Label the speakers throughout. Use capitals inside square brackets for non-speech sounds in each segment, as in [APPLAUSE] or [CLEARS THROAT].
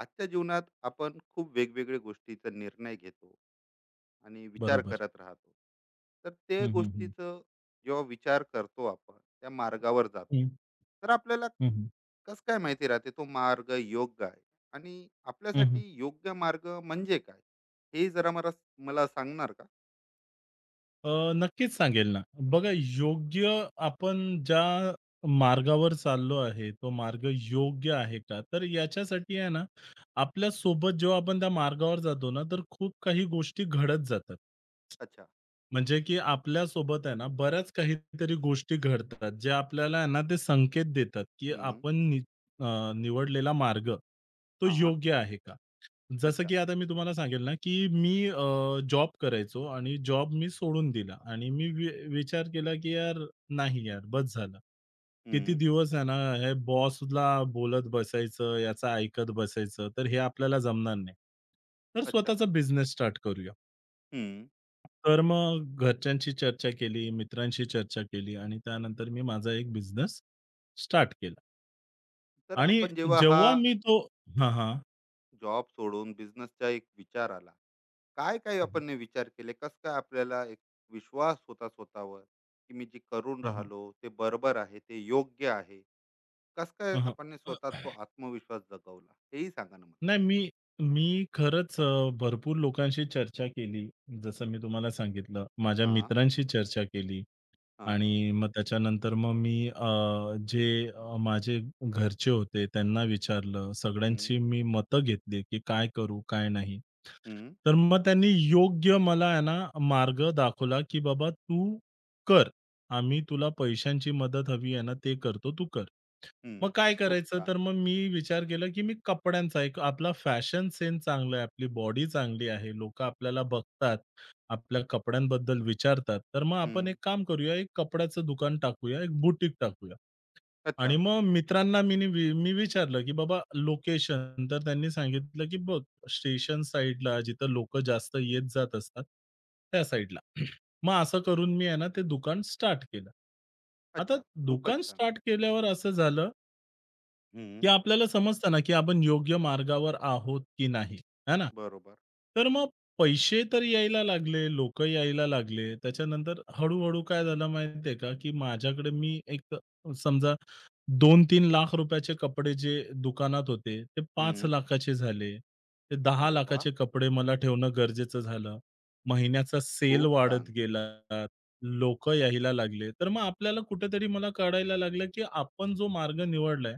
Speaker 1: आजच्या जीवनात आपण खूप वेगवेगळ्या गोष्टीचा निर्णय घेतो आणि विचार
Speaker 2: बरोबर.
Speaker 1: करत राहतो. तर ते
Speaker 2: हं, हं, हं.
Speaker 1: गोष्टीचं जेव्हा विचार करतो आपण त्या मार्गावर जातो,
Speaker 2: हं.
Speaker 1: तर आपल्याला
Speaker 2: हं, हं.
Speaker 1: कस काय माहिती राहते तो मार्ग योग्य आहे आणि
Speaker 2: हं, हं.
Speaker 1: आपल्यासाठी योग्य मार्ग म्हणजे काय? हे जरा मला मला सांगणार का?
Speaker 2: नक्कीच सांगेल ना. बघा, योग्य आपण ज्या मार्गावर चाललो आहे, तो मार्ग योग्य आहे का? तर याच्यासाठी आहे ना, आपल्यासोबत जेव्हा आपण त्या मार्गावर जातो ना, तर खूप काही गोष्टी घडत जातात.
Speaker 1: अच्छा.
Speaker 2: म्हणजे की आपल्यासोबत आहे ना, बऱ्याच काहीतरी गोष्टी घडतात, जे आपल्याला आहे ना, ते संकेत देतात, की
Speaker 1: हम्म.
Speaker 2: आपण अ, निवडलेला मार्ग तो
Speaker 1: हा.
Speaker 2: योग्य आहे का? जसं
Speaker 1: अच्छा.
Speaker 2: की आता मी तुम्हाला सांगेल ना, की मी जॉब करायचो आणि जॉब मी सोडून दिला आणि मी विचार केला, की यार नाही यार बस झालं. किती
Speaker 1: हम्म.
Speaker 2: दिवस आहे ना, हे बॉसला बोलत बसायचं, याचं ऐकत बसायचं, तर हे आपल्याला जमणार नाही. तर
Speaker 1: अच्छा.
Speaker 2: स्वतःचा बिझनेस स्टार्ट करूया.
Speaker 1: हम्म.
Speaker 2: तर मग घरच्यांशी चर्चा केली, मित्रांशी चर्चा केली आणि त्यानंतर मी माझा एक बिझनेस स्टार्ट केला
Speaker 1: तर
Speaker 2: आणि
Speaker 1: आपण जेव्हा हा
Speaker 2: जेव्हा मी तो. हां, हां.
Speaker 1: जॉब सोडून बिझनेसचा एक विचार आला, काय काय आपण ने विचार केले, कस काय आपल्याला एक विश्वास होता स्वतःवर की मी जे करून
Speaker 2: हं, हं.
Speaker 1: राहिलो ते बरोबर आहे, ते योग्य आहे? कस काय
Speaker 2: हं,
Speaker 1: आपण ने स्वतः तो आत्मविश्वास जगवला, हेही सांगा ना मला.
Speaker 2: नाही, मी मी खरंच भरपूर लोकांशी चर्चा केली. जसं मी तुम्हाला सांगितलं, माझ्या
Speaker 1: हा.
Speaker 2: मित्रांशी चर्चा केली.
Speaker 1: हा.
Speaker 2: आणि मग त्याच्यानंतर मग मी जे माझे घरचे होते त्यांना विचारलं.
Speaker 1: हम्म.
Speaker 2: सगळ्यांची मी मतं घेतली, की काय करू, काय नाही.
Speaker 1: हम्म.
Speaker 2: तर मग त्यांनी योग्य मला आहे ना मार्ग दाखवला, की "बाबा तू कर. आम्ही तुला पैशांची मदत हवी आहे ना, ते करतो, तू कर." मग
Speaker 1: हम्म.
Speaker 2: काय
Speaker 1: खूप
Speaker 2: करायचं? तर
Speaker 1: छान.
Speaker 2: मग मी विचार केला, की मी कपड्यांचा एक आपला फॅशन सेन्स चांगला आहे, आपली बॉडी चांगली आहे, लोकं आपल्याला बघतात. आपल्या कपड्यांबद्दल विचारतात, तर मग आपण एक
Speaker 1: हम्म.
Speaker 2: काम करूया, एक कपड्याचं दुकान टाकूया, एक बुटीक टाकूया.
Speaker 1: अच्छा.
Speaker 2: आणि मग मित्रांना मी विचारलं, की "बाबा लोकेशन." तर त्यांनी सांगितलं, की "बघ स्टेशन साइडला जिथं लोक जास्त येत-जात असतात, त्या साइडला." [CLEARS THROAT] मग असं करून मी आहे ना ते दुकान स्टार्ट केलं. आता
Speaker 1: अच्छा.
Speaker 2: दुकान
Speaker 1: खूपच छान.
Speaker 2: स्टार्ट केल्यावर असं झालं, की
Speaker 1: हम्म.
Speaker 2: आपल्याला समजतं ना, की आपण योग्य मार्गावर आहोत की नाही, है ना?
Speaker 1: बरोबर.
Speaker 2: तर मग पैसे तर यायला लागले, लोकं यायला लागले. त्याच्यानंतर हळू-हळू काय झालं माहिती आहे का, की माझ्याकडे मी एक समजा ₹2 तीन लाख चे कपडे जे दुकानात होते, ते 5
Speaker 1: हम्म.
Speaker 2: लाखा झाले. ते 10
Speaker 1: अरे
Speaker 2: लाखा
Speaker 1: वा.
Speaker 2: कपडे मला ठेवणं गरजेचं झालं. महिन्याचा सेल
Speaker 1: खूप
Speaker 2: वाढत
Speaker 1: छान.
Speaker 2: गेला. लोकं यायला लागले. तर मग आपल्याला कुठेतरी मला कळायला लागलं, की आपण जो मार्ग निवडलाय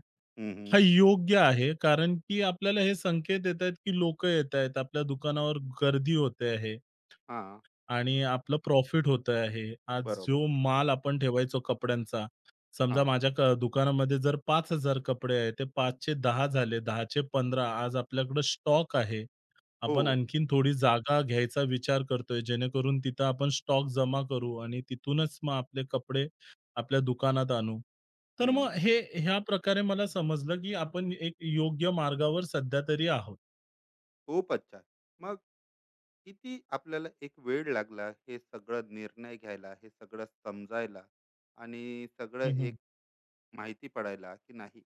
Speaker 2: हा
Speaker 1: हम्म.
Speaker 2: योग्य आहे, कारण की आपल्याला हे संकेत येतायत, की लोकं येतायत, आपल्या दुकानावर गर्दी होते आहे
Speaker 1: हा.
Speaker 2: आणि आपलं प्रॉफिट होतं आहे. आज
Speaker 1: बरोबर.
Speaker 2: जो माल आपण ठेवायचो कपड्यांचा,
Speaker 1: हा.
Speaker 2: समजा माझ्या क दुकानामध्ये जर 5,000 कपडे आहेत, ते 5चे 10 झाले, 10चे 15 आज आपल्याकडे स्टॉक आहे.
Speaker 1: हो.
Speaker 2: आपण आणखीन थोडी जागा घ्यायचा विचार करतोय, जेणेकरून तिथं आपण स्टॉक जमा करू आणि तिथूनच मग आपले कपडे आपल्या दुकानात आणू. तर मग
Speaker 1: हम्म.
Speaker 2: हे ह्या प्रकारे मला समजलं, की आपण एक योग्य मार्गावर सध्या तरी आहोत.
Speaker 1: खूप अच्छा. मग किती आपल्याला एक वेळ लागला हे सगळं निर्णय घ्यायला, हे सगळं समजायला आणि सगळं
Speaker 2: हं, हं.
Speaker 1: एक माहिती पडायला की नाही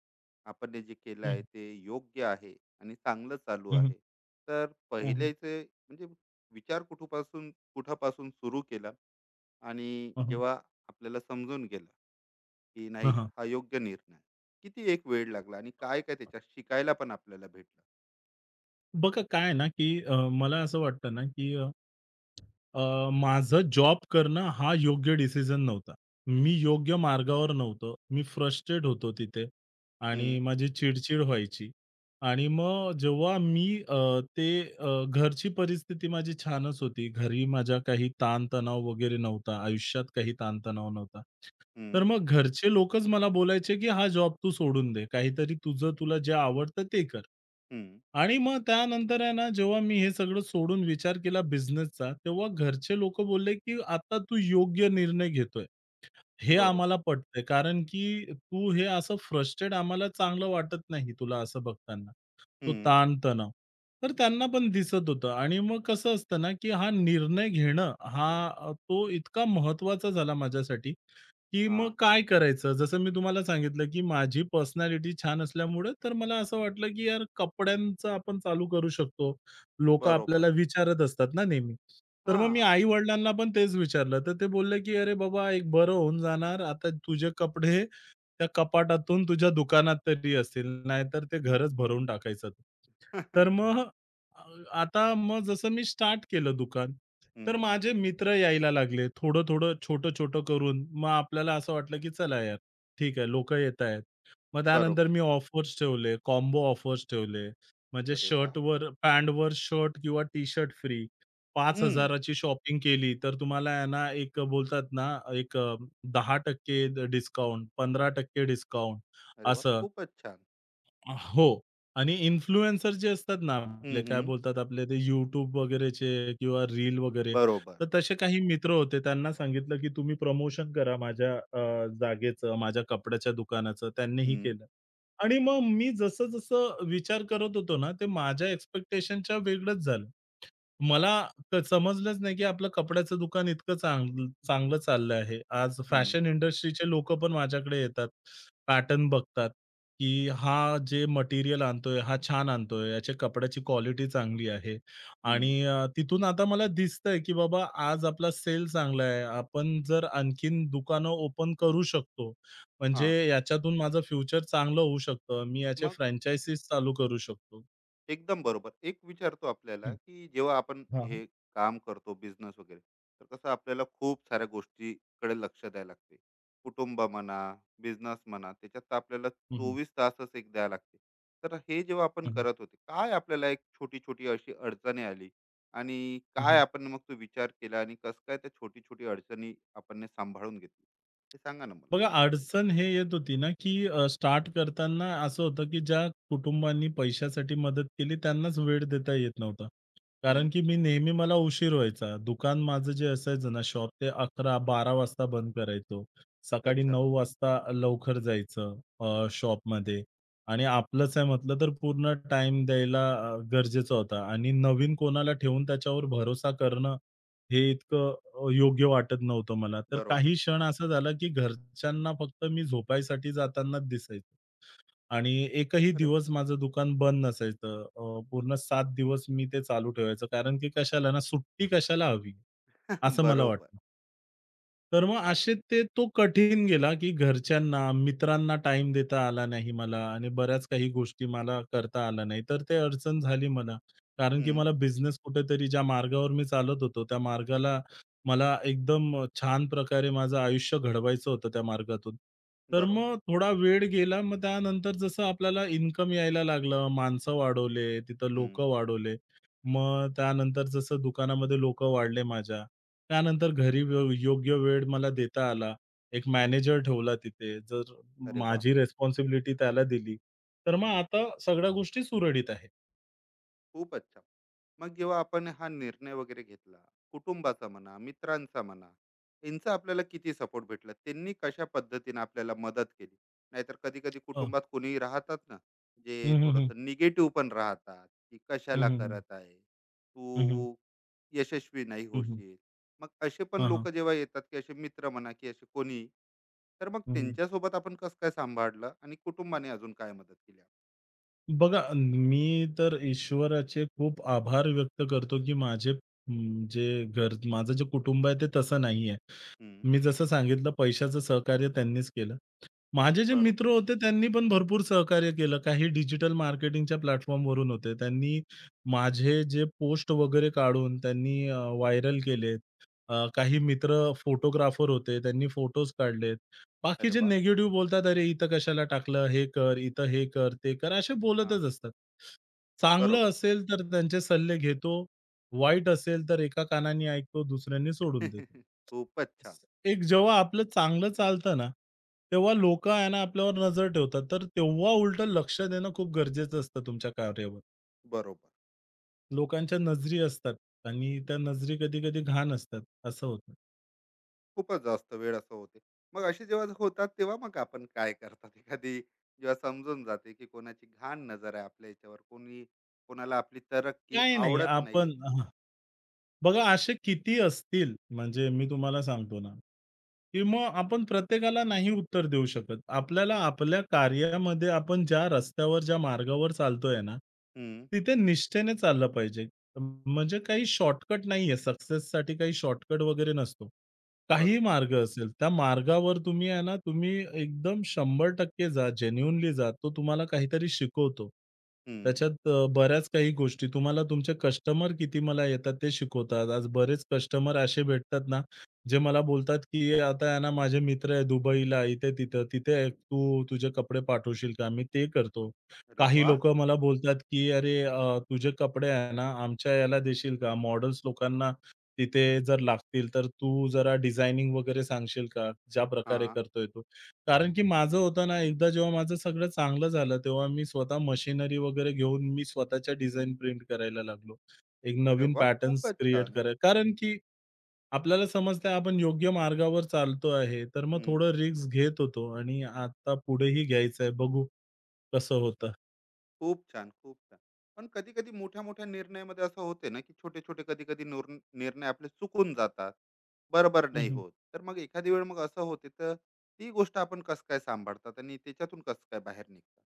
Speaker 1: आपण हे जे केलं
Speaker 2: हं,
Speaker 1: आहे
Speaker 2: हं.
Speaker 1: ते योग्य आहे आणि चांगलं चालू
Speaker 2: हं,
Speaker 1: आहे? तर
Speaker 2: हं.
Speaker 1: पहिल्याचे म्हणजे विचार कुठपासून कुठापासून सुरू केला आणि
Speaker 2: हं, हं.
Speaker 1: जेव्हा आपल्याला समजून गेलं की नाही हा योग्य निर्णय, किती एक वेळ लागला आणि काय काय त्याच्यात शिकायला पण आपल्याला भेटलं?
Speaker 2: बघा काय आहे ना, की मला असं वाटतं ना, की माझं जॉब करणं हा योग्य डिसिजन नव्हता. मी योग्य मार्गावर नव्हतो. मी फ्रस्ट्रेट होतो तिथे आणि
Speaker 1: हम्म.
Speaker 2: माझी चिड-चिड व्हायची. आणि मग जेव्हा मी अ, ते अ, घरची परिस्थिती माझी छानच होती. घरी माझ्या काही ताण-तणाव वगैरे नव्हता. आयुष्यात काही ताण-तणाव नव्हता. तर
Speaker 1: हम्म.
Speaker 2: मग घरचे लोकच मला बोलायचे, की "हा जॉब तू सोडून दे. काहीतरी तुझं तुला जे आवडतं ते कर."
Speaker 1: हम्म.
Speaker 2: आणि मग त्यानंतर आहे ना, जेव्हा मी हे सगळं सोडून विचार केला बिझनेसचा, तेव्हा घरचे लोकं बोलले, की "आता तू योग्य निर्णय घेतोय. हे
Speaker 1: बरोबर.
Speaker 2: आम्हाला पटतंय. कारण की तू हे असं फ्रस्ट्रेट आम्हाला चांगलं वाटत नाही तुला असं बघताना." तो
Speaker 1: हम्म.
Speaker 2: ताण-तणाव. तर त्यांना पण दिसत होतं आणि मग कसं असतं ना, की हा निर्णय घेणं हा तो इतका महत्त्वाचा झाला माझ्यासाठी, की
Speaker 1: हा.
Speaker 2: मग काय करायचं? जसं मी तुम्हाला सांगितलं, की माझी पर्सनॅलिटी छान असल्यामुळे तर मला असं वाटलं, की यार कपड्यांचं आपण चालू करू शकतो. लोकं आपल्याला
Speaker 1: बरोबर.
Speaker 2: विचारत असतात ना नेहमी. तर मग मी
Speaker 1: हां.
Speaker 2: आई-वडिलांना पण तेच विचारलं. तर ते बोलले, की "अरे बाबा, एक बरं होऊन जाणार. आता तुझे कपडे त्या कपाटातून तुझ्या दुकानात तरी असतील, नाहीतर ते घरच भरून टाकायचं तू."
Speaker 1: हं.
Speaker 2: तर
Speaker 1: [LAUGHS]
Speaker 2: मग अ, आता मग जसं मी स्टार्ट केलं दुकान, तर माझे मित्र यायला लागले. थोडं-थोडं, छोटं-छोटं करून मग आपल्याला असं वाटलं, की चला यार, ठीक आहे लोकं येतायत. मग त्यानंतर
Speaker 1: बरोबर.
Speaker 2: मी ऑफर्स ठेवले, कॉम्बो ऑफर्स ठेवले. म्हणजे
Speaker 1: अरे वा.
Speaker 2: शर्टवर पॅन्टवर शर्ट किंवा टी-शर्ट फ्री.
Speaker 1: हं.
Speaker 2: 5,000 ची शॉपिंग केली तर तुम्हाला आहे ना, एक बोलतात ना, एक 10% डिस्काउंट, 15% डिस्काउंट
Speaker 1: अरे वा,
Speaker 2: असं.
Speaker 1: खूपच छान.
Speaker 2: हो. आणि इन्फ्लुएन्सर जे असतात ना,
Speaker 1: हं,
Speaker 2: आपले काय
Speaker 1: हं.
Speaker 2: बोलतात आपले ते YouTube वगैरेचे किंवा रील वगैरे.
Speaker 1: बरोबर.
Speaker 2: तर तसे काही मित्र होते. त्यांना सांगितलं, की तुम्ही प्रमोशन करा माझ्या जागेचं, माझ्या कपड्याच्या दुकानाचं. त्यांनीही
Speaker 1: हं,
Speaker 2: केलं. आणि मग मी जसं-जसं विचार करत होतो ना, ते माझ्या एक्स्पेक्टेशनच्या वेगळंच झालं. मला तर समजलंच नाही, की आपलं कपड्याचं दुकान इतकं चांगलं चांगलं चाललं आहे. आज
Speaker 1: हं,
Speaker 2: फॅशन इंडस्ट्रीचे लोकं पण माझ्याकडे येतात. पॅटर्न बघतात, की हा जे मटेरियल आणतोय, हा छान आणतोय, याच्या कपड्याची क्वालिटी चांगली आहे. आणि
Speaker 1: हं.
Speaker 2: तिथून आता मला दिसतंय, की बाबा आज आपला सेल चांगला आहे. आपण जर आणखीन दुकानं ओपन करू शकतो. म्हणजे
Speaker 1: हां.
Speaker 2: याच्यातून माझं फ्युचर चांगलं होऊ शकतं. मी याचे
Speaker 1: मग
Speaker 2: फ्रँचायझीस चालू करू शकतो.
Speaker 1: एकदम बरोबर. एक विचारतो आपल्याला,
Speaker 2: हं.
Speaker 1: की जेव्हा आपण
Speaker 2: हां,
Speaker 1: हे काम करतो बिझनेस वगैरे, तर कसं आपल्याला खूप साऱ्या गोष्टीकडे लक्ष द्यायला लागते. कुटुंब म्हणा, बिझनेस म्हणा, त्याच्यात तर आपल्याला
Speaker 2: हं, हं.
Speaker 1: 24 तासच एक द्यावं लागते. तर हे जेव्हा आपण
Speaker 2: हं,
Speaker 1: करत होते, काय आपल्याला एक छोटी-छोटी अशी अडचणी आली आणि काय
Speaker 2: हं.
Speaker 1: आपण मग तो विचार केला आणि कसं काय त्या छोटी-छोटी अडचणी आपण ने सांभाळून घेतली? हे सांगा ना मला?
Speaker 2: बघा, अडचण हे येत होती ना, की स्टार्ट करताना असं होतं, की ज्या कुटुंबांनी पैशासाठी मदत केली त्यांनाच वेळ देता येत नव्हता. कारण
Speaker 1: हं.
Speaker 2: की मी नेहमी मला उशीर व्हायचा. दुकान माझं जे असायचं ना शॉप ते 11 बारा वाजता बंद करायचो. सकाळी
Speaker 1: अच्छा.
Speaker 2: 9 वाजता लवकर जायचं शॉपमध्ये आणि आपलंच आहे म्हटलं तर पूर्ण टाईम द्यायला गरजेचा होता आणि नवीन कोणाला ठेवून त्याच्यावर भरोसा करणं हे इतकं योग्य वाटत नव्हतं मला. तर
Speaker 1: बरोबर.
Speaker 2: काही क्षण असा झाला, की घरच्यांना फक्त मी झोपायसाठी जातानाच दिसायचो आणि एकही
Speaker 1: अरे.
Speaker 2: दिवस माझं दुकान बंद नसायचं. पूर्ण 7 दिवस मी ते चालू ठेवायचं. कारण की कशाला ना, सुट्टी कशाला हवी,
Speaker 1: [LAUGHS]
Speaker 2: असं मला
Speaker 1: बरोबर.
Speaker 2: वाटतं. तर मग
Speaker 1: हां.
Speaker 2: असे ते तो कठीण गेला, की घरच्यांना, मित्रांना टाइम देता आला नाही मला आणि बऱ्याच काही गोष्टी मला करता आल्या नाही. तर ते अडचण झाली मला. कारण की
Speaker 1: हं.
Speaker 2: मला बिझनेस कुठेतरी ज्या मार्गावर मी चालत होतो, त्या मार्गाला मला एकदम छान प्रकारे माझं आयुष्य घडवायचं होतं त्या मार्गातून. तर
Speaker 1: बरोबर.
Speaker 2: मग थोडा वेळ गेला. मग त्यानंतर जसं आपल्याला इन्कम यायला लागलं, माणसं वाढवले, तिथं
Speaker 1: हं.
Speaker 2: लोकं वाढवले. मग त्यानंतर जसं दुकानामध्ये लोकं वाढले माझ्या. त्यानंतर घरी व योग्य वेळ मला देता आला. एक मॅनेजर ठेवला तिथे. जर
Speaker 1: अरे वा.
Speaker 2: माझी रिस्पॉन्सिबिलिटी त्याला दिली. तर मग आता सगळ्या गोष्टी सुरळीत आहेत.
Speaker 1: खूप अच्छा. मग जेव्हा आपण हा निर्णय वगैरे घेतला, कुटुंबाचा म्हणा मित्रांचा म्हणा, यांचा आपल्याला किती सपोर्ट भेटला, त्यांनी कशा पद्धतीने आपल्याला मदत केली? नाहीतर कधी कधी
Speaker 2: हो.
Speaker 1: कुटुंबात कोणी राहतात ना, जे
Speaker 2: हं, हं, हं.
Speaker 1: थोडंसं निगेटिव्ह पण राहतात, की
Speaker 2: हं,
Speaker 1: कशाला
Speaker 2: हं, हं.
Speaker 1: करत आहे
Speaker 2: हं, हं.
Speaker 1: तू, यशस्वी नाही
Speaker 2: हं, हं.
Speaker 1: होशील. मग असे पण लोक जेव्हा येतात की असे मित्र म्हणा की असे कोणी, तर मग त्यांच्यासोबत आपण कसं काय सांभाळलं आणि कुटुंबाने अजून काय मदत केली?
Speaker 2: बघा, मी तर ईश्वराचे खूप आभार व्यक्त करतो, की माझे जे घर माझं जे कुटुंब आहे ते तसं नाहीये.
Speaker 1: हम्म.
Speaker 2: मी जसं सांगितलं पैशाचं सहकार्य त्यांनीच केलं. माझे जे मित्र
Speaker 1: बरोबर.
Speaker 2: होते त्यांनी पण भरपूर सहकार्य केलं. काही डिजिटल मार्केटिंगच्या प्लॅटफॉर्मवरून होते. त्यांनी माझे जे पोस्ट वगैरे काढून त्यांनी व्हायरल केलेत. काही मित्र फोटोग्राफर होते. त्यांनी फोटोज काढलेत.
Speaker 1: अरे
Speaker 2: बाकीचे
Speaker 1: वा.
Speaker 2: निगेटिव्ह बोलतात, "अरे, इथं कशाला टाकलं? हे कर, इथं हे कर, ते कर." असे
Speaker 1: हा.
Speaker 2: बोलतच असतात. चांगलं
Speaker 1: बरोबर.
Speaker 2: असेल तर त्यांचे सल्ले घेतो. वाईट असेल तर एका कानाने ऐकतो, दुसऱ्याने सोडून देतो.
Speaker 1: [LAUGHS] खूपच छान.
Speaker 2: एक जेव्हा आपलं चांगलं चालतं ना, तेव्हा लोकं आहे ना आपल्यावर नजर ठेवतात. तर तेव्हा उलटं लक्ष देणं खूप गरजेचं असतं तुमच्या कार्यावर.
Speaker 1: बरोबर.
Speaker 2: लोकांच्या नजरी असतात आणि त्या नजरी कधी-कधी घाण असतात. असं होतं.
Speaker 1: खूपच जास्त वेळ असं होते. मग असे जेव्हा होतात तेव्हा मग आपण काय करतात? [LAUGHS] एखादी जेव्हा समजून जाते, की कोणाची घाण नजर आहे आपल्या याच्यावर, कोणी कोणाला आपली तरक्की
Speaker 2: काही नाही
Speaker 1: आवडत नाहीये.
Speaker 2: आपण बघा असे किती असतील, म्हणजे मी तुम्हाला सांगतो ना, की मग आपण प्रत्येकाला नाही उत्तर देऊ शकत. आपल्याला आपल्या कार्यामध्ये आपण ज्या रस्त्यावर, ज्या मार्गावर चालतोय ना,
Speaker 1: हं.
Speaker 2: तिथे निष्ठेने चाललं पाहिजे. म्हणजे काही शॉर्टकट नाहीये. सक्सेससाठी काही शॉर्टकट वगैरे नसतो. काहीही
Speaker 1: बरोबर.
Speaker 2: मार्ग असेल, त्या मार्गावर तुम्ही आहे ना, तुम्ही एकदम 100% जा, जेन्युइनली जा. तो तुम्हाला काहीतरी शिकवतो.
Speaker 1: हं.
Speaker 2: त्याच्यात बऱ्याच काही गोष्टी तुम्हाला तुमचे कस्टमर किती मला येतात ते शिकवतात. आज बरेच कस्टमर असे भेटतात ना, जे मला बोलतात, की "आता आहे ना, माझे मित्र आहे दुबईला, इथे-तिथं. तिथे आहे, तू तुझे कपडे पाठवशील का?" मी ते करतो.
Speaker 1: अरे
Speaker 2: काही
Speaker 1: वाह!
Speaker 2: लोकं मला बोलतात, की "अरे, तुझे कपडे आहे ना, आमच्या याला देशील का? मॉडेल्स लोकांना तिथे जर लागतील, तर तू जरा डिझायनिंग वगैरे सांगशील का? ज्या प्रकारे
Speaker 1: हां.
Speaker 2: करतोय तू?" कारण की माझं होतं ना, एकदा जेव्हा माझं सगळं चांगलं झालं, तेव्हा मी स्वतः मशिनरी वगैरे घेऊन मी स्वतःच्या डिझाईन प्रिंट करायला लागलो. एक
Speaker 1: अरे
Speaker 2: नवीन
Speaker 1: वाह!
Speaker 2: पॅटर्न्स
Speaker 1: खूपच
Speaker 2: क्रिएट
Speaker 1: छान.
Speaker 2: कराय, कारण की आपल्याला समजतंय आपण योग्य मार्गावर चालतो आहे, तर मग थोडं रिस्क घेत होतो आणि आता पुढेही घ्यायचं आहे. बघू कसं होतं.
Speaker 1: खूप छान, खूप छान. पण कधी-कधी मोठ्या-मोठ्या निर्णयामध्ये असं होते ना, की छोटे-छोटे कधी-कधी नूर निर्णय आपले चुकून जातात. बरोबर नाही होत. तर मग एखादी वेळ मग असं होते, तर ती गोष्ट आपण कसं काय सांभाळतात आणि त्याच्यातून कसं काय बाहेर निघतात?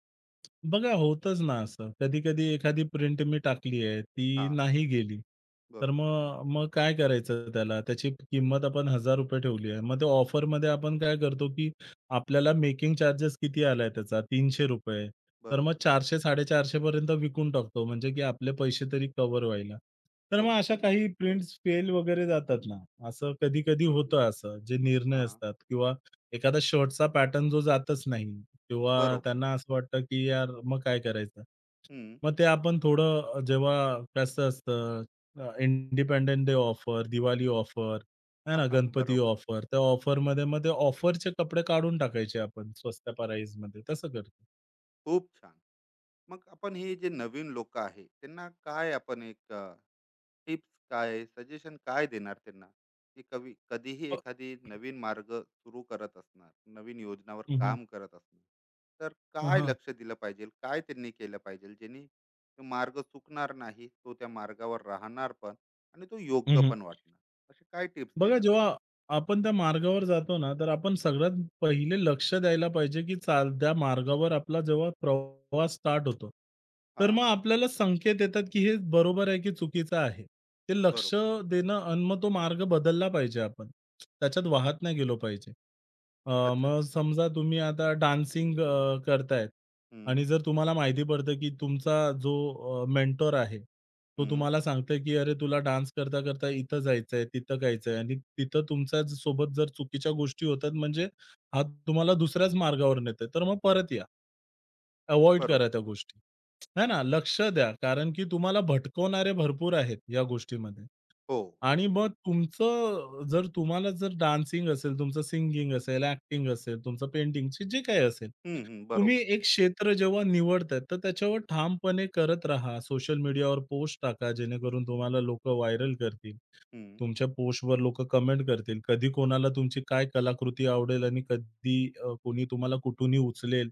Speaker 2: बघा होतंच ना असं. कधी-कधी एखादी प्रिंट मी टाकली आहे, ती
Speaker 1: हां.
Speaker 2: नाही गेली. तर
Speaker 1: बरोबर.
Speaker 2: मग मग काय करायचं त्याला? त्याची किंमत आपण ₹1000 ठेवली आहे. मग ते ऑफरमध्ये आपण काय करतो, की आपल्याला मेकिंग चार्जेस किती आलाय त्याचा ₹300. तर मग
Speaker 1: बरोबर.
Speaker 2: 400-450 पर्यंत विकून टाकतो. म्हणजे की आपले पैसे तरी कव्हर व्हायला. तर
Speaker 1: हो.
Speaker 2: मग अशा काही प्रिंट्स फेल वगैरे जातात ना, असं कधी-कधी होतं असं, जे निर्णय
Speaker 1: हां.
Speaker 2: असतात किंवा एखादा शर्टचा पॅटर्न जो जातच नाही किंवा
Speaker 1: बरोबर.
Speaker 2: त्यांना असं वाटतं, की यार मग काय करायचं?
Speaker 1: हं.
Speaker 2: मग ते आपण थोडं जेव्हा कसं असतं independence day offer, Diwali offer, आहे ना,
Speaker 1: [LAUGHS]
Speaker 2: गणपती
Speaker 1: बरोबर.
Speaker 2: ऑफर, त्या ऑफरमध्ये मग ते ऑफरचे कपडे काढून टाकायचे आपण स्वस्त प्राईजमध्ये. तसं करतो.
Speaker 1: खूप छान. मग आपण हे जे नवीन लोकं आहे, त्यांना काय आपण एक टिप्स काय सजेशन काय देणार त्यांना, की कवी कधीही
Speaker 2: अ,
Speaker 1: एखादी नवीन मार्ग सुरू करत असणार, नवीन योजनावर
Speaker 2: हं, हं.
Speaker 1: काम करत असणार, तर
Speaker 2: हां,
Speaker 1: काय
Speaker 2: हां.
Speaker 1: लक्ष दिलं पाहिजे, काय त्यांनी केलं पाहिजे ज्यांनी तो मार्ग चुकणार नाही, तो त्या मार्गावर राहणार पण आणि तो योग्य
Speaker 2: हं,
Speaker 1: पण वाटणार, असे काय टिप्स
Speaker 2: बघा,
Speaker 1: देणार आपण?
Speaker 2: जेव्हा आपण त्या मार्गावर जातो ना, तर आपण सगळ्यात पहिले लक्ष द्यायला पाहिजे, की साध्या मार्गावर आपला जेव्हा प्रवास स्टार्ट होतो, तर
Speaker 1: हा.
Speaker 2: मग आपल्याला संकेत येतात, की हे बरोबर आहे, की चुकीचं आहे. ते लक्ष
Speaker 1: बरोबर.
Speaker 2: देणं आणि मग तो मार्ग बदलला पाहिजे आपण. त्याच्यात
Speaker 1: हम्म.
Speaker 2: वाहत नाही गेलो पाहिजे. अ,
Speaker 1: अच्छा.
Speaker 2: मग समजा तुम्ही आता डान्सिंग करतायत,
Speaker 1: हम्म.
Speaker 2: आणि जर तुम्हाला माहिती पडतं, की तुमचा जो मेंटॉर आहे, तो
Speaker 1: हम्म.
Speaker 2: तुम्हाला सांगतोय, की "अरे, तुला डान्स करता-करता इथं जायचंय, तिथं जायचंय" आणि तिथं तुमच्या सोबत जर चुकीच्या गोष्टी होतात, म्हणजे हा तुम्हाला दुसऱ्याच मार्गावर नेतोय, तर मग परत या. अव्हॉइड करा
Speaker 1: बरोबर.
Speaker 2: त्या गोष्टी. आहे ना, लक्ष द्या, कारण की तुम्हाला भटकवणारे भरपूर आहेत या गोष्टीमध्ये.
Speaker 1: हो.
Speaker 2: आणि मग तुमचं जर तुम्हाला जर डान्सिंग असेल, तुमचं सिंगिंग असेल, एक्टिंग असेल, तुमचं पेंटिंगची जे काही असेल,
Speaker 1: हम्म. हम्म.
Speaker 2: तुम्ही
Speaker 1: बरोबर.
Speaker 2: एक क्षेत्र जेव्हा निवडताय, तर त्याच्यावर ठामपणे करत राहा. सोशल मीडियावर पोस्ट टाका, जेणेकरून तुम्हाला लोकं व्हायरल करतील.
Speaker 1: हम्म.
Speaker 2: तुमच्या पोस्टवर लोकं कमेंट करतील. कधी कोणाला तुमची काय कलाकृती आवडेल आणि कधी कोणी तुम्हाला कुठूनही उचलेल.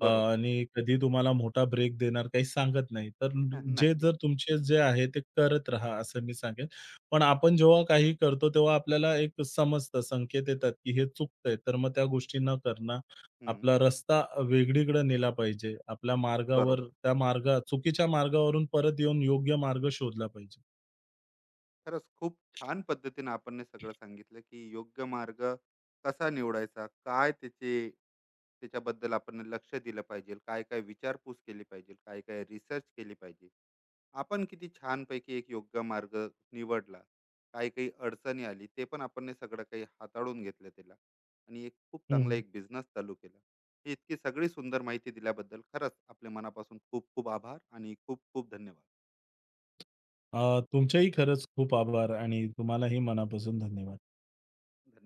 Speaker 2: आणि कधी तुम्हाला मोठा ब्रेक देणार काही सांगत नाही. तर
Speaker 1: [LAUGHS]
Speaker 2: जे
Speaker 1: नक्कीच.
Speaker 2: जर तुमचे जे आहे ते करत राहा असं मी सांगेन. पण आपण जेव्हा काही करतो तेव्हा आपल्याला एक समजतं, संकेत येतात, की हे चुकतंय. तर मग त्या गोष्टी न करणं,
Speaker 1: हम्म.
Speaker 2: आपला रस्ता वेगळीकडे नेला पाहिजे. आपल्या मार्गावर
Speaker 1: बरोबर.
Speaker 2: त्या मार्गा चुकीच्या मार्गावरून परत येऊन योग्य मार्ग शोधला पाहिजे.
Speaker 1: खरंच खूप छान पद्धतीने आपण हे सगळं सांगितलं की योग्य मार्ग कसा निवडायचा, काय त्याचे त्याच्याबद्दल आपण लक्ष दिलं पाहिजे, काय काय विचारपूस केली पाहिजे, काय काय रिसर्च केली पाहिजे. आपण किती छानपैकी एक योग्य मार्ग निवडला, काय काही अडचणी आली ते पण आपण हे सगळं काही हाताळून घेतलं त्याला आणि एक खूप चांगला
Speaker 2: हं.
Speaker 1: एक बिझनेस चालू केला. ही इतकी सगळी सुंदर माहिती दिल्याबद्दल खरंच आपल्या मनापासून खूप खूप आभार आणि खूप खूप धन्यवाद.
Speaker 2: तुमचेही खरंच खूप आभार आणि तुम्हालाही मनापासून धन्यवाद.